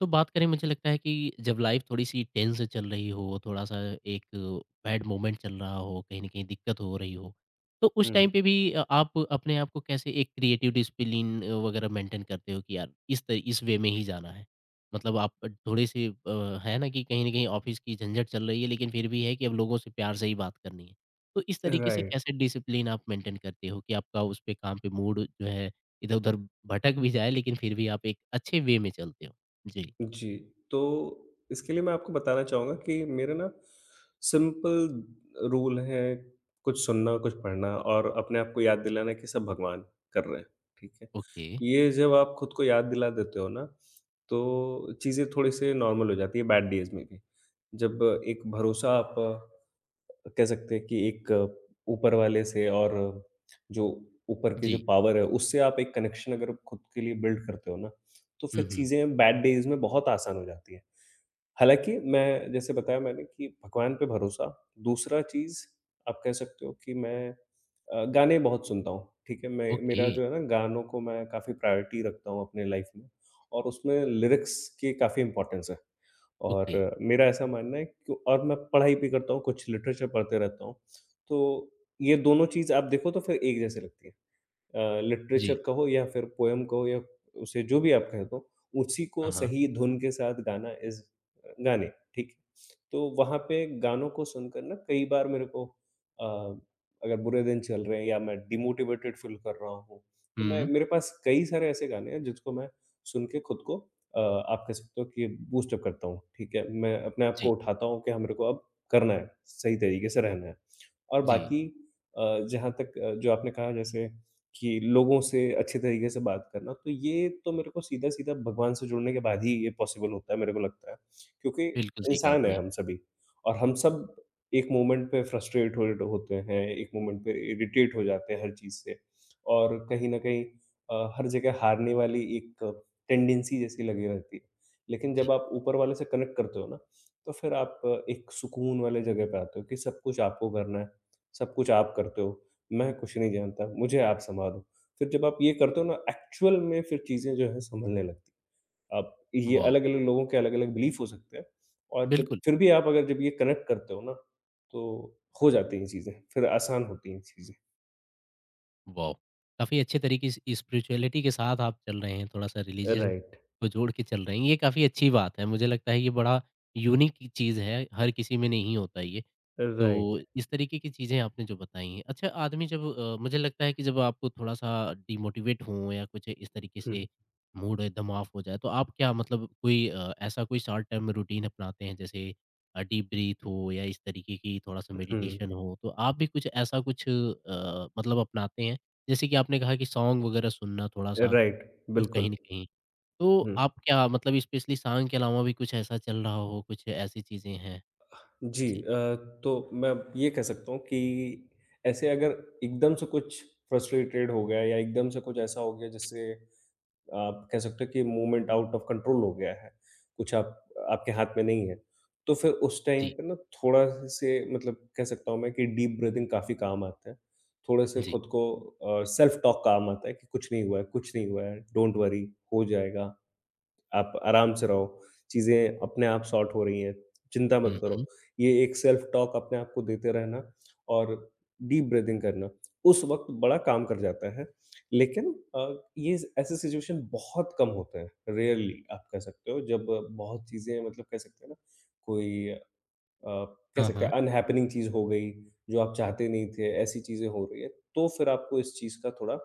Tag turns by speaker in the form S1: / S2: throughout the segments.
S1: तो बात करें मुझे लगता है कि जब लाइफ थोड़ी-सी टेंस चल रही हो, थोड़ा-सा एक बैड मोमेंट चल रहा हो, कहीं न कहीं दिक्कत हो रही हो, तो उस
S2: हुँ,
S1: टाइम पे भी आप अपने आप को कैसे एक क्रिएटिव डिसिप्लिन वगैरह मेंटेन करते हो कि यार इस वे में ही जाना है? मतलब आप थोड़े-से है ना कि कहीं न कहीं ऑफ़िस की झंझट चल रही है लेकिन फिर भी है कि अब लोगों से प्यार से ही बात करनी है। तो इस तरीके से
S2: राइट,
S1: कैसे डिसिप्लिन आप मेंटेन करते हो कि आपका उस पे काम पे मूड जो है इधर-उधर भटक भी जाए लेकिन फिर भी आप एक अच्छे वे में चलते हो? जी।
S2: जी। तो इसके लिए मैं आपको बताना चाहूँगा कि मेरे ना सिंपल रूल है, कुछ सुनना, कुछ पढ़ना और अपने आप को याद दिलाना कि सब भगवान कर रहे हैं, ठीक है?
S1: ओके,
S2: ये जब आप खुद को याद दिला देते हो ना, तो चीज़ें थोड़ी-सी नॉर्मल हो जाती है बैड डेज़ में भी। जब एक भरोसा आप कह सकते हैं कि एक ऊपर वाले से और जो ऊपर की जो
S1: जी।
S2: पावर है, उससे आप एक कनेक्शन अगर खुद के लिए बिल्ड करते हो ना, तो फिर
S1: हुँ, हुँ।
S2: चीज़ें बैड डेज़ में बहुत आसान हो जाती हैं। हालाँकि मैं जैसे बताया मैंने कि भगवान पे भरोसा, दूसरा चीज़ आप कह सकते हो कि मैं गाने बहुत सुनता हूँ, ठीक है? मैं
S1: ओके,
S2: मेरा जो है ना गानों को मैं काफ़ी प्रायोरिटी रखता हूँ अपने लाइफ़ में और उसमें लिरिक्स की काफ़ी इम्पोर्टेंस है
S1: ओके।
S2: और मेरा ऐसा मानना है कि और मैं पढ़ाई भी करता हूँ, कुछ लिटरेचर पढ़ते रहता हूँ, तो ये दोनों चीज़ आप देखो तो फिर एक जैसे लगती हैं।
S1: जी।
S2: लिटरेचर कहो या फिर पोएम कहो या उसे जो भी आप कह दो, उसी को
S1: हाँ, हाँ।
S2: सही धुन के साथ गाना इज़ गाने, ठीक है? तो वहाँ पे गानों को सुनकर ना कई बार मेरे को अगर बुरे दिन चल रहे हैं या मैं डिमोटिवेटेड फ़ील कर रहा हूँ, तो मैं
S1: हुँ।
S2: मेरे पास कई सारे ऐसे गाने हैं जिसको मैं सुन के खुद को आप कह सकते हो कि बूस्ट अप करता हूँ, ठीक है? मैं अपने आप को
S1: जी,
S2: उठाता हूँ कि हाँ, मेरे को अब करना है, सही तरीके से रहना है। और
S1: जी।
S2: बाकी अ, जहाँ तक जो आपने कहा जैसे कि लोगों से अच्छे तरीके से बात करना, तो ये तो मेरे को सीधा-सीधा भगवान से जुड़ने के बाद ही ये पॉसिबल होता है, मेरे को लगता है। क्योंकि
S1: बिल्कुल ठीक कहा
S2: इंसान हैं
S1: आपने।
S2: हम सभी और हम सब एक मोमेंट पे फ्रस्ट्रेट होए होते हैं, एक मोमेंट पे इरिटेट हो जाते हैं हर चीज़ से और कहीं न कहीं हर जगह हारने वाली एक टेंडेंसी जैसी लगी रहती है। लेकिन जब
S1: जी।
S2: आप ऊपर वाले से कनेक्ट करते हो ना, तो फिर आप एक सुकून वाले जगह पे आते हो कि सब कुछ आपको करना है, सब कुछ आप करते हो। मैं कुछ नहीं जानता, मुझे आप सँभालो। फिर जब आप ये करते हो ना एक्चुअल में फिर चीज़ें जो हैं सँभलने लगती हैं। आप ये
S1: वॉव!
S2: अलग-अलग लोगों के अलग-अलग बिलीफ हो सकते हैं और जब
S1: बिल्कुल,
S2: फिर भी आप अगर जब ये कनेक्ट करते हो ना, तो हो जाती हैं चीज़ें, फिर आसान होती हैं चीज़ें।
S1: वॉव! काफ़ी अच्छे तरीके से स्पिरिचुअलिटी के साथ आप चल रहे हैं, थोड़ा-सा रिलीजन
S2: राइट,
S1: को जोड़ के चल रहे हैं, ये काफ़ी अच्छी बात है। मुझे लगता है ये बड़ा यूनिक चीज़ है, हर किसी में नहीं होता ये। तो
S2: राइट।
S1: इस तरीके की चीज़ें आपने जो बताई हैं। अच्छा आदमी जब मुझे लगता है कि जब आपको थोड़ा-सा डिमोटिवेट हो या कुछ इस तरीके
S2: हुँ,
S1: से मूड एकदम ऑफ हो जाए, तो आप क्या मतलब कोई ऐसा कोई शॉर्ट टर्म रूटीन अपनाते हैं जैसे डीप ब्रीथ हो या इस तरीके की थोड़ा-सा
S2: हुँ।
S1: मेडिटेशन हो, तो आप भी कुछ ऐसा कुछ मतलब अपनाते हैं? जैसे कि आपने कहा कि सॉन्ग वगैरह सुनना थोड़ा-सा
S2: राइट,
S1: तो कहीं
S2: बिल्कुल।
S1: न कहीं, तो
S2: हुँ।
S1: आप क्या मतलब स्पेशली सॉन्ग के अलावा भी कुछ ऐसा चल रहा हो, कुछ ऐसी चीज़ें हैं?
S2: जी
S1: जी,
S2: तो मैं ये कह सकता हूँ कि ऐसे अगर एकदम से कुछ फ्रस्ट्रेटेड हो गया या एकदम से कुछ ऐसा हो गया जिससे आप कह सकते हो कि मूवमेंट आउट ऑफ कंट्रोल हो गया है, कुछ आप आपके हाथ में नहीं है। तो फिर उस टाइम
S1: जी,
S2: पे ना थोड़ा-से मतलब कह सकता हूँ मैं कि डीप ब्रीथिंग काफ़ी काम आता है। थोड़े से
S1: जी।
S2: खुद को सेल्फ टॉक काम आता है कि कुछ नहीं हुआ है, कुछ नहीं हुआ है, डोंट वरी हो जाएगा। आप आराम से रहो, चीज़ें अपने आप सॉर्ट हो रही हैं, चिंता मत
S1: हुँ, हुँ।
S2: करो। ये एक सेल्फ टॉक अपने आप को देते रहना और डीप ब्रीथिंग करना, उस वक़्त बड़ा काम कर जाता है। लेकिन ये ऐसे सिचुएशन बहुत कम होते हैं, रेयरली आप कह सकते हो जब बहुत चीज़ें मतलब कह सकते हैं ना कोई अ, कह
S1: हाँ,
S2: सकते हैं
S1: हाँ।
S2: अनहैपनिंग चीज़ हो गई, जो आप चाहते नहीं थे, ऐसी चीज़ें हो रही हैं, तो फिर आपको इस चीज़ का थोड़ा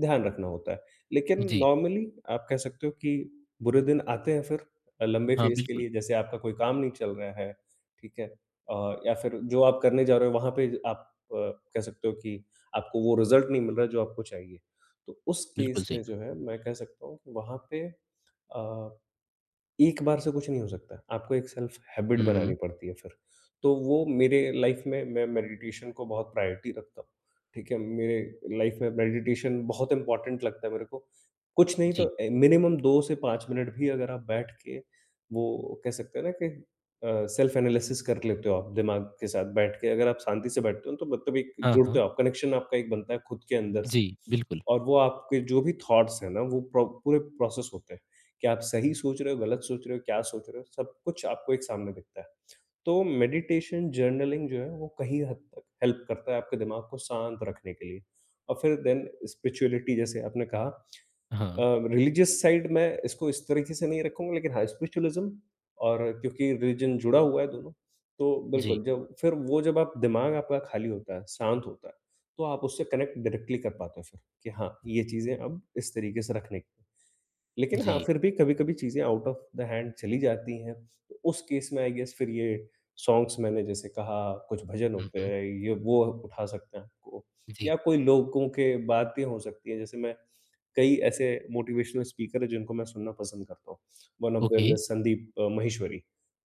S2: ध्यान रखना होता है। लेकिन
S1: जी।
S2: नॉर्मली आप कह सकते हो कि बुरे दिन आते हैं फिर लंबे
S1: हाँ,
S2: फेज़ के
S1: बिल्कुल,
S2: लिए, जैसे आपका कोई काम नहीं चल रहा है, ठीक है? या फिर जो आप करने जा रहे हो वहाँ पे आप कह सकते हो कि आपको वो रिज़ल्ट नहीं मिल रहा जो आपको चाहिए। तो उस
S1: बिल्कुल
S2: केस
S1: सही
S2: में
S1: कहा।
S2: जो है मैं कह सकता हूँ कि वहाँ पे अ एक बार से कुछ नहीं हो सकता। आपको एक सेल्फ हैबिट
S1: हुँ,
S2: बनानी
S1: हुँ।
S2: पड़ती है फिर। तो वो मेरे लाइफ़ में मैं मेडिटेशन को बहुत प्रायोरिटी रखता हूँ। ठीक है? मेरे लाइफ़ में मेडिटेशन बहुत इम्पोर्टेंट लगता है मेरे को। कुछ नहीं
S1: जी।
S2: तो मिनिमम 2 से 5 मिनट भी अगर आप बैठ के वो कह सकते हैं ना कि सेल्फ एनालिसिस कर लेते हो आप दिमाग के साथ बैठ के। अगर आप शांति से बैठते हो तो मतलब एक
S1: हाँ,
S2: जुड़ते
S1: हाँ।
S2: हो आप, कनेक्शन आपका एक बनता है खुद के अंदर से।
S1: जी, बिल्कुल।
S2: और वो आपके जो भी थॉट्स हैं ना वो प्रो पूरे प्रोसेस होते हैं। कि आप सही सोच रहे हो, गलत सोच रहे हो, क्या सोच रहे हो, सब कुछ आपको एक सामने दिखता है। तो मेडिटेशन, जर्नलिंग जो है वो कहीं हद तक हेल्प करता है आपके दिमाग को शांत रखने के लिए। और फिर देन स्पिरिचुअलिटी जैसे आपने कहा
S1: हाँ।
S2: रिलीजियस साइड मैं इसको इस तरीके से नहीं रखूँगा लेकिन हाँ, स्पिरिचुअलिज़्म और क्योंकि रिलीजन जुड़ा हुआ है दोनों, तो
S1: जी,
S2: बिल्कुल जब फिर वो जब आप दिमाग आपका खाली होता है, शांत होता है, तो आप उससे कनेक्ट डायरेक्टली कर पाते हो फिर, कि हाँ, ये चीज़ें अब इस तरीके से रखने की। लेकिन हाँ,
S1: जी।
S2: फिर भी कभी-कभी चीज़ें आउट ऑफ द हैंड चली जाती हैं। तो उस केस में आई गेस फिर ये सॉन्ग्स मैंने जैसे कहा कुछ भजन
S1: हुँ,
S2: होते
S1: हुँ।
S2: हैं, ये वो उठा सकते हैं आपको या
S1: जी।
S2: कोई लोगों के बातें हो सकती हैं। जैसे मैं कई ऐसे मोटिवेशनल स्पीकर हैं जिनको मैं सुनना पसंद करता हूँ। One of
S1: okay.
S2: Them is Sandeep Maheshwari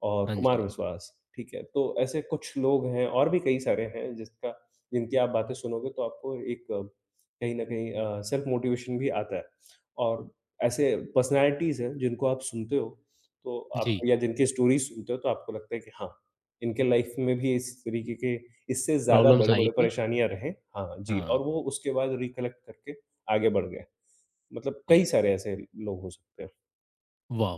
S2: और
S1: हाँ
S2: कुमार
S1: जी।
S2: विश्वास, ठीक है? तो ऐसे कुछ लोग हैं और भी कई सारे हैं जिसका जिनकी आप बातें सुनोगे तो आपको एक कहीं न कहीं सेल्फ मोटिवेशन भी आता है और ऐसे पर्सनैलिटीज़ हैं जिनको आप सुनते हो, तो आप
S1: जी,
S2: या जिनकी स्टोरीज़ सुनते हो तो आपको लगता है कि हाँ, इनके लाइफ़ में भी इस तरीके के इससे ज़्यादा
S1: प्रॉब्लम्स आई
S2: बड़े-बड़े
S1: थी।
S2: परेशानियाँ रहें। हाँ जी, और
S1: हाँ,
S2: वो उसके बाद रिकलेक्ट करके आगे बढ़ गए। मतलब
S1: जी।
S2: कई सारे ऐसे लोग हो सकते हैं।
S1: वाह!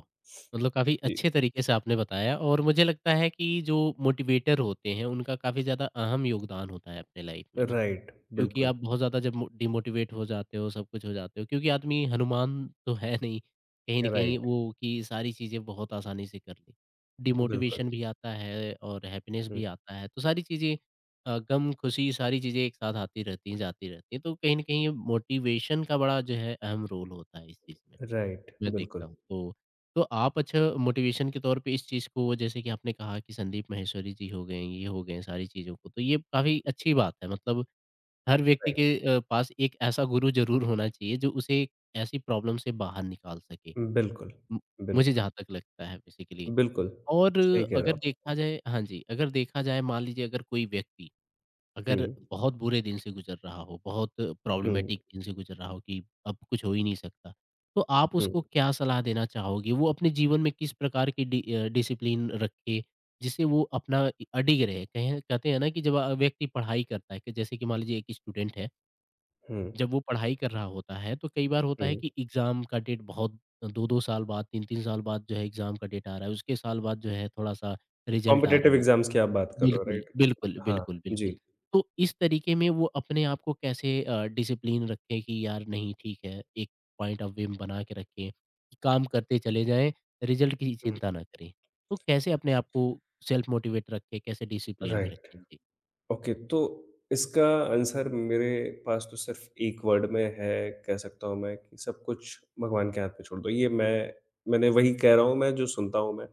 S1: मतलब काफ़ी
S2: जी।
S1: अच्छे तरीके से आपने बताया और मुझे लगता है कि जो मोटिवेटर होते हैं, उनका काफ़ी ज़्यादा अहम योगदान होता है अपने लाइफ में ना।
S2: राइट,
S1: क्योंकि
S2: बिल्कुल।
S1: आप बहुत ज़्यादा जब मो डिमोटिवेट हो जाते हो, सब कुछ हो जाते हो क्योंकि आदमी हनुमान तो है नहीं, कहीं न कहीं
S2: राइट,
S1: वो कि सारी चीज़ें बहुत आसानी से कर ली।
S2: बिल्कुल।
S1: डिमोटिवेशन भी आता है और हैप्पीनेस
S2: हुँ,
S1: भी आता है, तो सारी चीज़ें गम, खुशी सारी चीज़ें एक साथ आती रहती हैं, जाती रहती हैं, तो कहीं न कहीं मोटिवेशन का बड़ा जो है अहम रोल होता है इस चीज़ में,
S2: राइट,
S1: मैं
S2: बिल्कुल।
S1: देखता हूँ। तो आप अच्छा मोटिवेशन के तौर पे इस चीज़ को जैसे कि आपने कहा कि संदीप माहेश्वरी जी हो गए, ये हो गए सारी चीज़ों को, तो ये काफ़ी अच्छी बात है मतलब हर व्यक्ति
S2: राइट,
S1: के पास एक ऐसा गुरु ज़रूर होना चाहिए जो उसे एक ऐसी प्रॉब्लम से बाहर निकाल सके।
S2: बिल्कुल,
S1: म मुझे
S2: बिल्कुल,
S1: जहाँ तक लगता है बेसिकली
S2: बिल्कुल।
S1: और
S2: सही कह रहे हो
S1: अगर
S2: आप।
S1: देखा जाए हाँ जी, अगर देखा जाए मान लीजिए अगर कोई व्यक्ति
S2: हुँ,
S1: अगर बहुत बुरे दिन से गुज़र रहा हो, बहुत
S2: हुँ,
S1: प्रॉब्लमैटिक दिन से गुज़र रहा हो कि अब कुछ हो ही नहीं सकता, तो आप
S2: हुँ,
S1: उसको क्या सलाह देना चाहोगे? वो अपने जीवन में किस प्रकार की डिसिप्लिन रखे जिससे वो अपना इ अडिग रहे? कहें कहते हैं ना कि जब व्यक्ति पढ़ाई करता है कि जैसे कि मान लीजिए एक स्टूडेंट है
S2: हुँ,
S1: जब वो पढ़ाई कर रहा होता है, तो कई बार होता है
S2: हुँ।
S1: कि एग्ज़ाम का डेट बहुत 2-2 साल बाद, 3-3 साल बाद जो है एग्ज़ाम का डेट आ रहा है, उसके साल बाद जो है थोड़ा-सा रिज़ल्ट आ
S2: कॉम्पिटिटिव
S1: रहा है।
S2: एग्ज़ाम्स की आप बात कर रहे हो,
S1: बिल्कुल,
S2: राइट?
S1: बिल्कुल,
S2: हाँ,
S1: बिल्कुल,
S2: जी।
S1: बिल्कुल। तो इस तरीके में वो अपने आप को कैसे डिसिप्लिन रखें कि यार नहीं ठीक है, एक पॉइंट ऑफ व्यू बना के रखें, कि काम करते चले जाएँ, रिज़ल्ट की
S2: हुँ,
S1: चिंता ना करें। तो कैसे अपने आप को सेल्फ मोटिवेट रखें, कैसे डिसिप्लिन में
S2: राइट।
S1: रखें? जी,
S2: ओके, तो इसका आंसर मेरे पास तो सिर्फ़ एक वर्ड में है, कह सकता हूँ मैं कि सब कुछ भगवान के हाथ में छोड़ दो। ये मैं मैंने वही कह रहा हूँ मैं जो सुनता हूँ मैं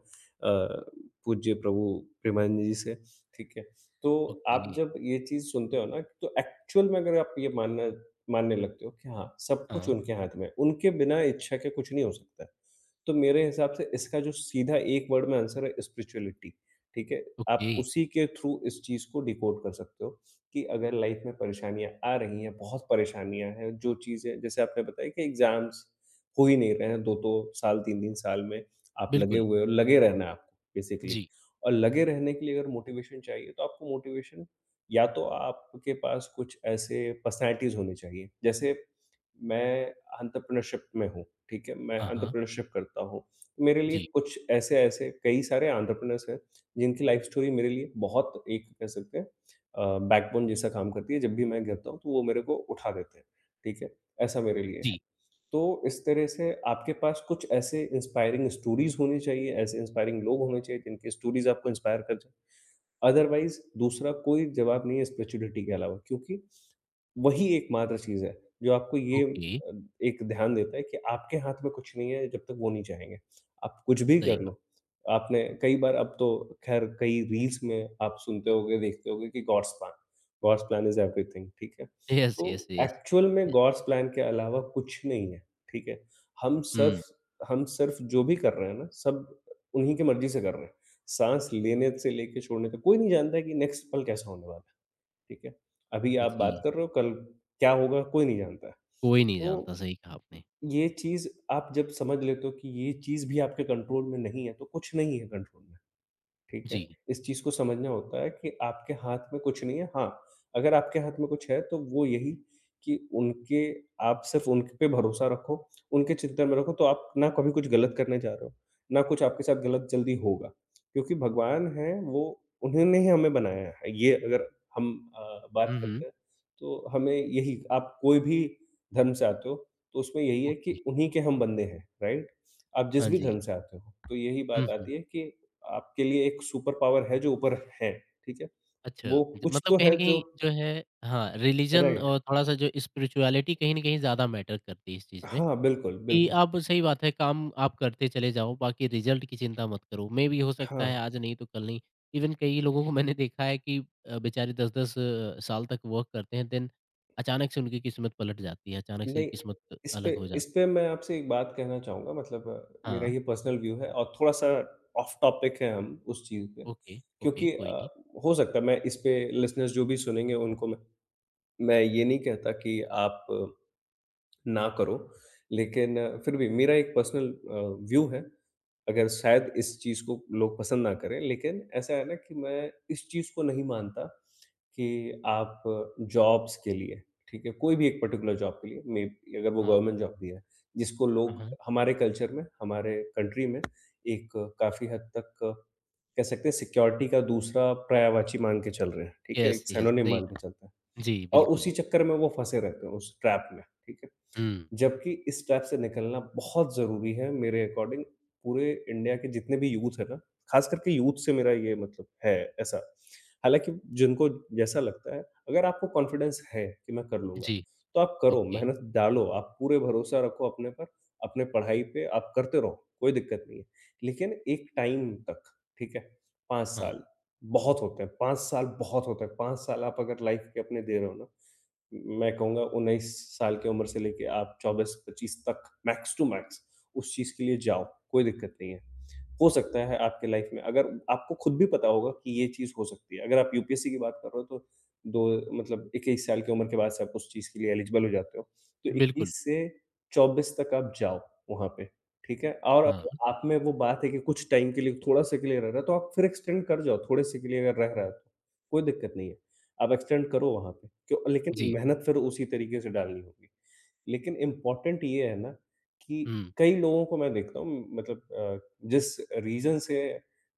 S2: पूज्य प्रभु प्रेमानंद जी से, ठीक है? तो
S1: ओके,
S2: आप जब ये चीज़ सुनते हो ना, तो एक्चुअल में अगर आप ये मानना मानने लगते हो कि हाँ, सब कुछ
S1: हाँ,
S2: उनके हाथ में है, उनके बिना इच्छा के कुछ नहीं हो सकता है। तो मेरे हिसाब से इसका जो सीधा एक वर्ड में आंसर है स्पिरिचुअलिटी। ठीक है?
S1: ओके,
S2: आप उसी के थ्रू इस चीज़ को डिकोड कर सकते हो कि अगर लाइफ में परेशानियाँ आ रही हैं, बहुत परेशानियाँ हैं, जो चीज़ें जैसे आपने बताया कि एग्ज़ाम्स हो ही नहीं रहे हैं, 2-2 साल, 3-3 साल में आप लगे
S1: बिल्कुल।
S2: हुए हो, लगे रहना है आपको बेसिकली
S1: जी,
S2: और लगे रहने के लिए अगर मोटिवेशन चाहिए, तो आपको मोटिवेशन या तो आपके पास कुछ ऐसे पर्सनैलिटीज़ होनी चाहिए। जैसे मैं एंटरप्रेन्योरशिप में हूँ, ठीक है? मैं
S1: हाँ, हाँ,
S2: एंटरप्रेन्योरशिप करता हूँ। मेरे लिए
S1: जी।
S2: कुछ ऐसे-ऐसे कई सारे एंटरप्रेन्योर्स हैं जिनकी लाइफ स्टोरी मेरे लिए बहुत एक कह सकते हैं बैकबोन जैसा काम करती है। जब भी मैं गिरता हूँ तो वो मेरे को उठा देते हैं, ठीक है? ऐसा मेरे लिए है।
S1: जी,
S2: तो इस तरह से आपके पास कुछ ऐसे इंस्पायरिंग स्टोरीज़ होनी चाहिए, ऐसे इंस्पायरिंग लोग होने चाहिए जिनकी स्टोरीज़ आपको इंस्पायर कर जाए। अदरवाइज़ दूसरा कोई जवाब नहीं है स्पिरिचुअलिटी के अलावा क्योंकि वही एकमात्र चीज़ है, जो आपको ये
S1: ओके,
S2: एक ध्यान देता है कि आपके हाथ में कुछ नहीं है जब तक वो नहीं चाहेंगे। आप कुछ भी
S1: सही
S2: कर
S1: कहा।
S2: लो। आपने कई बार अब तो ख़ैर कई रील्स में आप सुनते होंगे, देखते होंगे कि गॉड्स प्लान इज़ एवरीथिंग ठीक है?
S1: यस,
S2: तो
S1: यस, यस,
S2: एक्चुअल में
S1: यस।
S2: गॉड्स प्लान के अलावा कुछ नहीं है, ठीक है? हम सिर्फ़
S1: हुँ,
S2: हम सिर्फ़ जो भी कर रहे हैं ना, सब उन्हीं की मर्ज़ी से कर रहे हैं। साँस लेने से लेके छोड़ने तक कोई नहीं जानता है कि नेक्स्ट पल कैसा होने वाला है। ठीक है? अभी आप बात
S1: जी,
S2: कर रहे हो, कल क्या होगा कोई नहीं जानता।
S1: कोई नहीं
S2: तो
S1: जानता, सही कहा आपने।
S2: ये चीज़ आप जब समझ लेते हो कि ये चीज़ भी आपके कंट्रोल में नहीं है, तो कुछ नहीं है कंट्रोल में। ठीक है?
S1: जी,
S2: इस चीज़ को समझना होता है कि आपके हाथ में कुछ नहीं है। हाँ, अगर आपके हाथ में कुछ है तो वो यही, कि उनके, आप सिर्फ़ उन पे भरोसा रखो, उनके चिंतन में रखो तो आप ना कभी कुछ गलत करने जा रहे हो, ना कुछ आपके साथ गलत जल्दी होगा। क्योंकि भगवान हैं वो, उन्होंने ही हमें बनाया है। ये अगर हम बात
S1: हुँ,
S2: करते
S1: हुँ,
S2: हैं तो हमें यही, आप कोई भी धर्म से आते हो तो उसमें यही है कि
S1: ओके,
S2: उन्हीं के हम बंदे हैं, राइट? आप जिस
S1: हाँ
S2: भी
S1: जी,
S2: धर्म से आते हो, तो यही बात
S1: हुँ, हुँ,
S2: आती है कि आपके लिए एक सुपर पावर है जो ऊपर है, ठीक है?
S1: अच्छा,
S2: वो
S1: ज
S2: कुछ
S1: मतलब
S2: तो
S1: कहीं
S2: है
S1: न
S2: जो
S1: कहीं जो है हाँ, रिलिजन
S2: राइट।
S1: और थोड़ा-सा जो स्पिरिचुअलिटी कहीं न कहीं ज़्यादा मैटर करती है इस चीज़ में।
S2: हाँ, बिल्कुल,
S1: कि
S2: बिल्कुल।
S1: आप सही बात है, काम आप करते चले जाओ, बाकी रिज़ल्ट की चिंता मत करो। मेबी हो सकता
S2: हाँ,
S1: है आज नहीं तो कल नहीं। इवन कई लोगों को मैंने देखा है कि बेचारे 10-10 साल तक वर्क करते हैं, देन अचानक से उनकी किस्मत पलट जाती है, अचानक से
S2: नहीं।
S1: किस्मत
S2: इस पे
S1: अलग हो
S2: इस
S1: जाती है।
S2: पे मैं आपसे एक बात कहना चाहूँगा, मतलब मेरा
S1: हाँ,
S2: ये पर्सनल व्यू है और थोड़ा-सा ऑफ टॉपिक है, हम उस चीज़ पे।
S1: ओके, ओके,
S2: क्योंकि
S1: कोई नहीं।
S2: हो सकता है मैं इस पे लिसनर्स जो भी सुनेंगे उनको मैं ये नहीं कहता कि आप ना करो, लेकिन फिर भी मेरा एक पर्सनल व्यू है, अगर शायद इस चीज़ को लोग पसंद ना करें, लेकिन ऐसा है ना कि मैं इस चीज़ को नहीं मानता कि आप जॉब्स के लिए, ठीक है? कोई भी एक पर्टिकुलर जॉब के लिए, मे बी अगर वो
S1: हाँ,
S2: गवर्नमेंट जॉब भी है, जिसको
S1: हाँ,
S2: लोग
S1: हाँ।
S2: हमारे कल्चर में, हमारे कंट्री में एक काफ़ी हद तक कह सकते हैं सिक्योरिटी का दूसरा पर्यायवाची मान के चल रहे हैं, ठीक है?
S1: यस,
S2: एक
S1: यस,
S2: सिनोनिम
S1: सही
S2: मान के
S1: कहा।
S2: चलते हैं
S1: जी,
S2: और
S1: बिल्कुल।
S2: उसी चक्कर में वो फँसे रहते हैं उस ट्रैप में, ठीक है?
S1: हुँ,
S2: जबकि इस ट्रैप से निकलना बहुत ज़रूरी है मेरे अकॉर्डिंग, पूरे इंडिया के जितने भी यूथ हैं ना, ख़ास करके यूथ से मेरा ये मतलब है ऐसा। हालाँकि जिनको जैसा लगता है, अगर आपको कॉन्फिडेंस है कि मैं कर लूँगा,
S1: जी,
S2: तो आप करो,
S1: ओके,
S2: मेहनत डालो, आप पूरे भरोसा रखो अपने पर, अपने पढ़ाई पे, आप करते रहो, कोई दिक्कत नहीं है। लेकिन एक टाइम तक, ठीक है? 5
S1: हाँ,
S2: साल बहुत होते हैं, 5 साल बहुत होते हैं, 5 साल आप अगर लाइफ़ के अपने दे रहे हो ना, मैं कहूँगा 19 साल की उम्र से लेके आप 24-25 तक मैक्स टू मैक्स उस चीज़ के लिए जाओ, कोई दिक्कत नहीं है। हो सकता है आपके लाइफ में, अगर आपको खुद भी पता होगा कि ये चीज़ हो सकती है। अगर आप यूपीएससी की बात कर रहे हो तो दो, मतलब 21 साल की उम्र के बाद से आप उस चीज़ के लिए एलिजिबल हो जाते हो। तो
S1: बिल्कुल,
S2: 21 से 24 तक आप जाओ वहाँ पे, ठीक है? और
S1: हाँ,
S2: अगर आप में वो बात है कि कुछ टाइम के लिए, थोड़ा-से के लिए रह रहा है तो आप फिर एक्सटेंड कर जाओ, थोड़े-से के लिए अगर रह रहा है तो, कोई दिक्कत नहीं है। आप एक्सटेंड करो वहाँ पे, क्यों, लेकिन
S1: जी,
S2: मेहनत फिर उसी तरीके से डालनी होगी। लेकिन इम्पोर्टेंट ये है ना, कि
S1: हुँ,
S2: कई लोगों को मैं देखता हूँ, मतलब जिस रीज़न से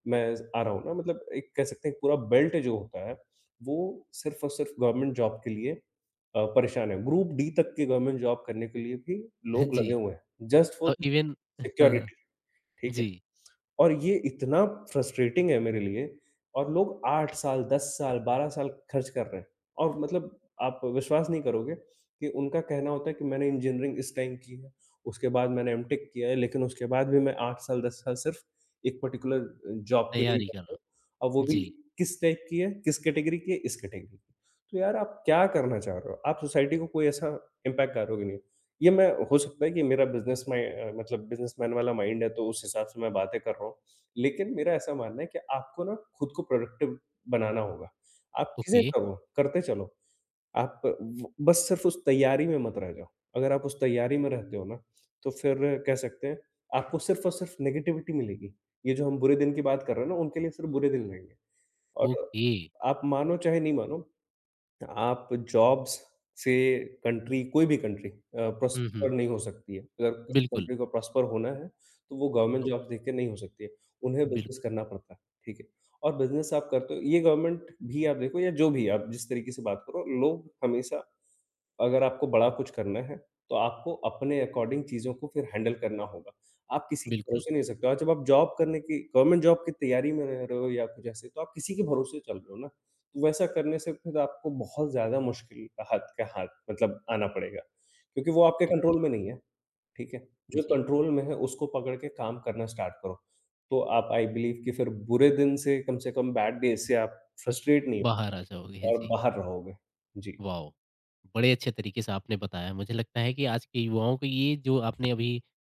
S2: मैं ज़ आ रहा हूँ ना, मतलब एक कह सकते हैं पूरा बेल्ट जो होता है, वो सिर्फ़ और सिर्फ़ गवर्नमेंट जॉब के लिए परेशान है। ग्रुप डी तक की गवर्नमेंट जॉब करने के लिए भी लोग लगे
S1: जी
S2: हुए हैं, जस्ट फॉर
S1: और
S2: द
S1: इवन
S2: सिक्योरिटी, ठीक है?
S1: जी,
S2: और ये इतना फ्रस्ट्रेटिंग है मेरे लिए, और लोग 8 साल, 10 साल, 12 साल खर्च कर रहे हैं और मतलब आप विश्वास नहीं करोगे कि उनका कहना होता है कि मैंने इंजीनियरिंग इस टाइम की है, उसके बाद मैंने एमटेक किया है, लेकिन उसके बाद भी मैं 8 साल, 10 साल सिर्फ़ एक पर्टिकुलर जॉब के लिए ही
S1: तैयारी
S2: करता
S1: करना।
S2: हूँ और वो भी
S1: जी,
S2: किस टाइप की है, किस कैटेगरी की है, इस कैटेगरी की। तो यार आप क्या करना चाह रहे हो? आप सोसाइटी को कोई ऐसा इम्पैक्ट करोगे नहीं। ये मैं, हो सकता है कि मेरा मतलब बिज़नेसमैन वाला माइंड है, तो उस हिसाब से मैं बातें कर रहा हूँ। लेकिन मेरा ऐसा मानना है कि आपको ना खुद को प्रोडक्टिव बनाना होगा। आप चीज़ें
S1: ओके।
S2: करो, करते चलो। आप व बस सिर्फ़ उस तैयारी में मत रह जाओ। अगर आप उस तैयारी में रहते हो ना, तो फिर कह सकते हैं आपको सिर्फ़ और सिर्फ़ नेगेटिविटी मिलेगी। ये जो हम बुरे दिन की बात कर रहे हैं ना, उनके लिए सिर्फ़ बुरे दिन रहेंगे। और
S1: ओके।
S2: आप मानो चाहे नहीं मानो, आप जॉब्स से कंट्री, कोई भी कंट्री
S1: हुँ,
S2: प्रॉस्पर
S1: हुँ।
S2: नहीं हो सकती है। अगर किसी
S1: बिल्कुल,
S2: कंट्री को प्रॉस्पर होना है, तो वो गवर्नमेंट
S1: तो
S2: जॉब्स देख के नहीं हो सकती है। उन्हें बिज़नेस
S1: बिल्कुल,
S2: करना पड़ता है, ठीक है? और बिज़नेस आप करते हो, ये गवर्नमेंट भी आप देखो या जो भी, आप जिस तरीके से बात करो, लोग हमेशा, अगर आपको बड़ा कुछ करना है, तो आपको अपने अकॉर्डिंग चीज़ों को फिर हैंडल करना होगा। आप किसी के
S1: बिल्कुल।
S2: भरोसे नहीं रह सकते हो और जब आप जॉब करने की, गवर्नमेंट जॉब की तैयारी में रह रहे हो या कुछ ऐसे, तो आप किसी के भरोसे चल रहे हो ना। वैसा करने से फिर आपको बहुत ज़्यादा मुश्किल, हाथ का हाथ मतलब आना पड़ेगा, क्योंकि वो आपके
S1: ओके,
S2: कंट्रोल में नहीं है, ठीक है? जो
S1: जी।
S2: कंट्रोल में है उसको पकड़ के काम करना स्टार्ट करो, तो आप आई बिलीव कि फिर बुरे दिन से, कम से कम बैड डेज़ से आप फ्रस्ट्रेट नहीं
S1: बाहर आ जाओगे,
S2: हो और
S1: जी।
S2: बाहर रहोगे। जी,
S1: वाओ! बड़े अच्छे तरीके से आपने बताया। मुझे लगता है कि आज के युवाओं को ये जो आपने अभी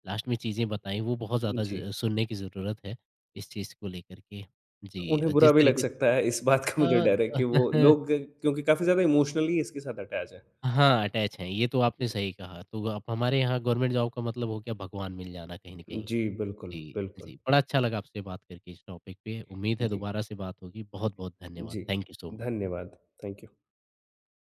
S1: लास्ट में चीज़ें बताई वो बहुत ज़्यादा
S2: जी।
S1: ज़ सुनने की ज़रूरत है, इस चीज़ को लेकर के। जी,
S2: उन्हें बुरा
S1: जिस
S2: भी लग
S1: तरीके से
S2: सकता है, इस बात का मुझे डर है
S1: अ,
S2: कि वो लोग, क्योंकि काफ़ी ज़्यादा इमोशनली इसके साथ अटैच हैं।
S1: हाँ, अटैच हैं, ये तो आपने सही कहा। तो आप हमारे यहाँ गवर्नमेंट जॉब का मतलब हो गया भगवान मिल जाना कहीं न कहीं।
S2: जी, बिल्कुल,
S1: जी,
S2: बिल्कुल।
S1: जी। बड़ा अच्छा लगा आपसे बात करके इस टॉपिक पे। उम्मीद है
S2: जी,
S1: दोबारा से बात होगी। बहुत-बहुत धन्यवाद।
S2: जी।
S1: Thank you so much.
S2: धन्यवाद। Thank you.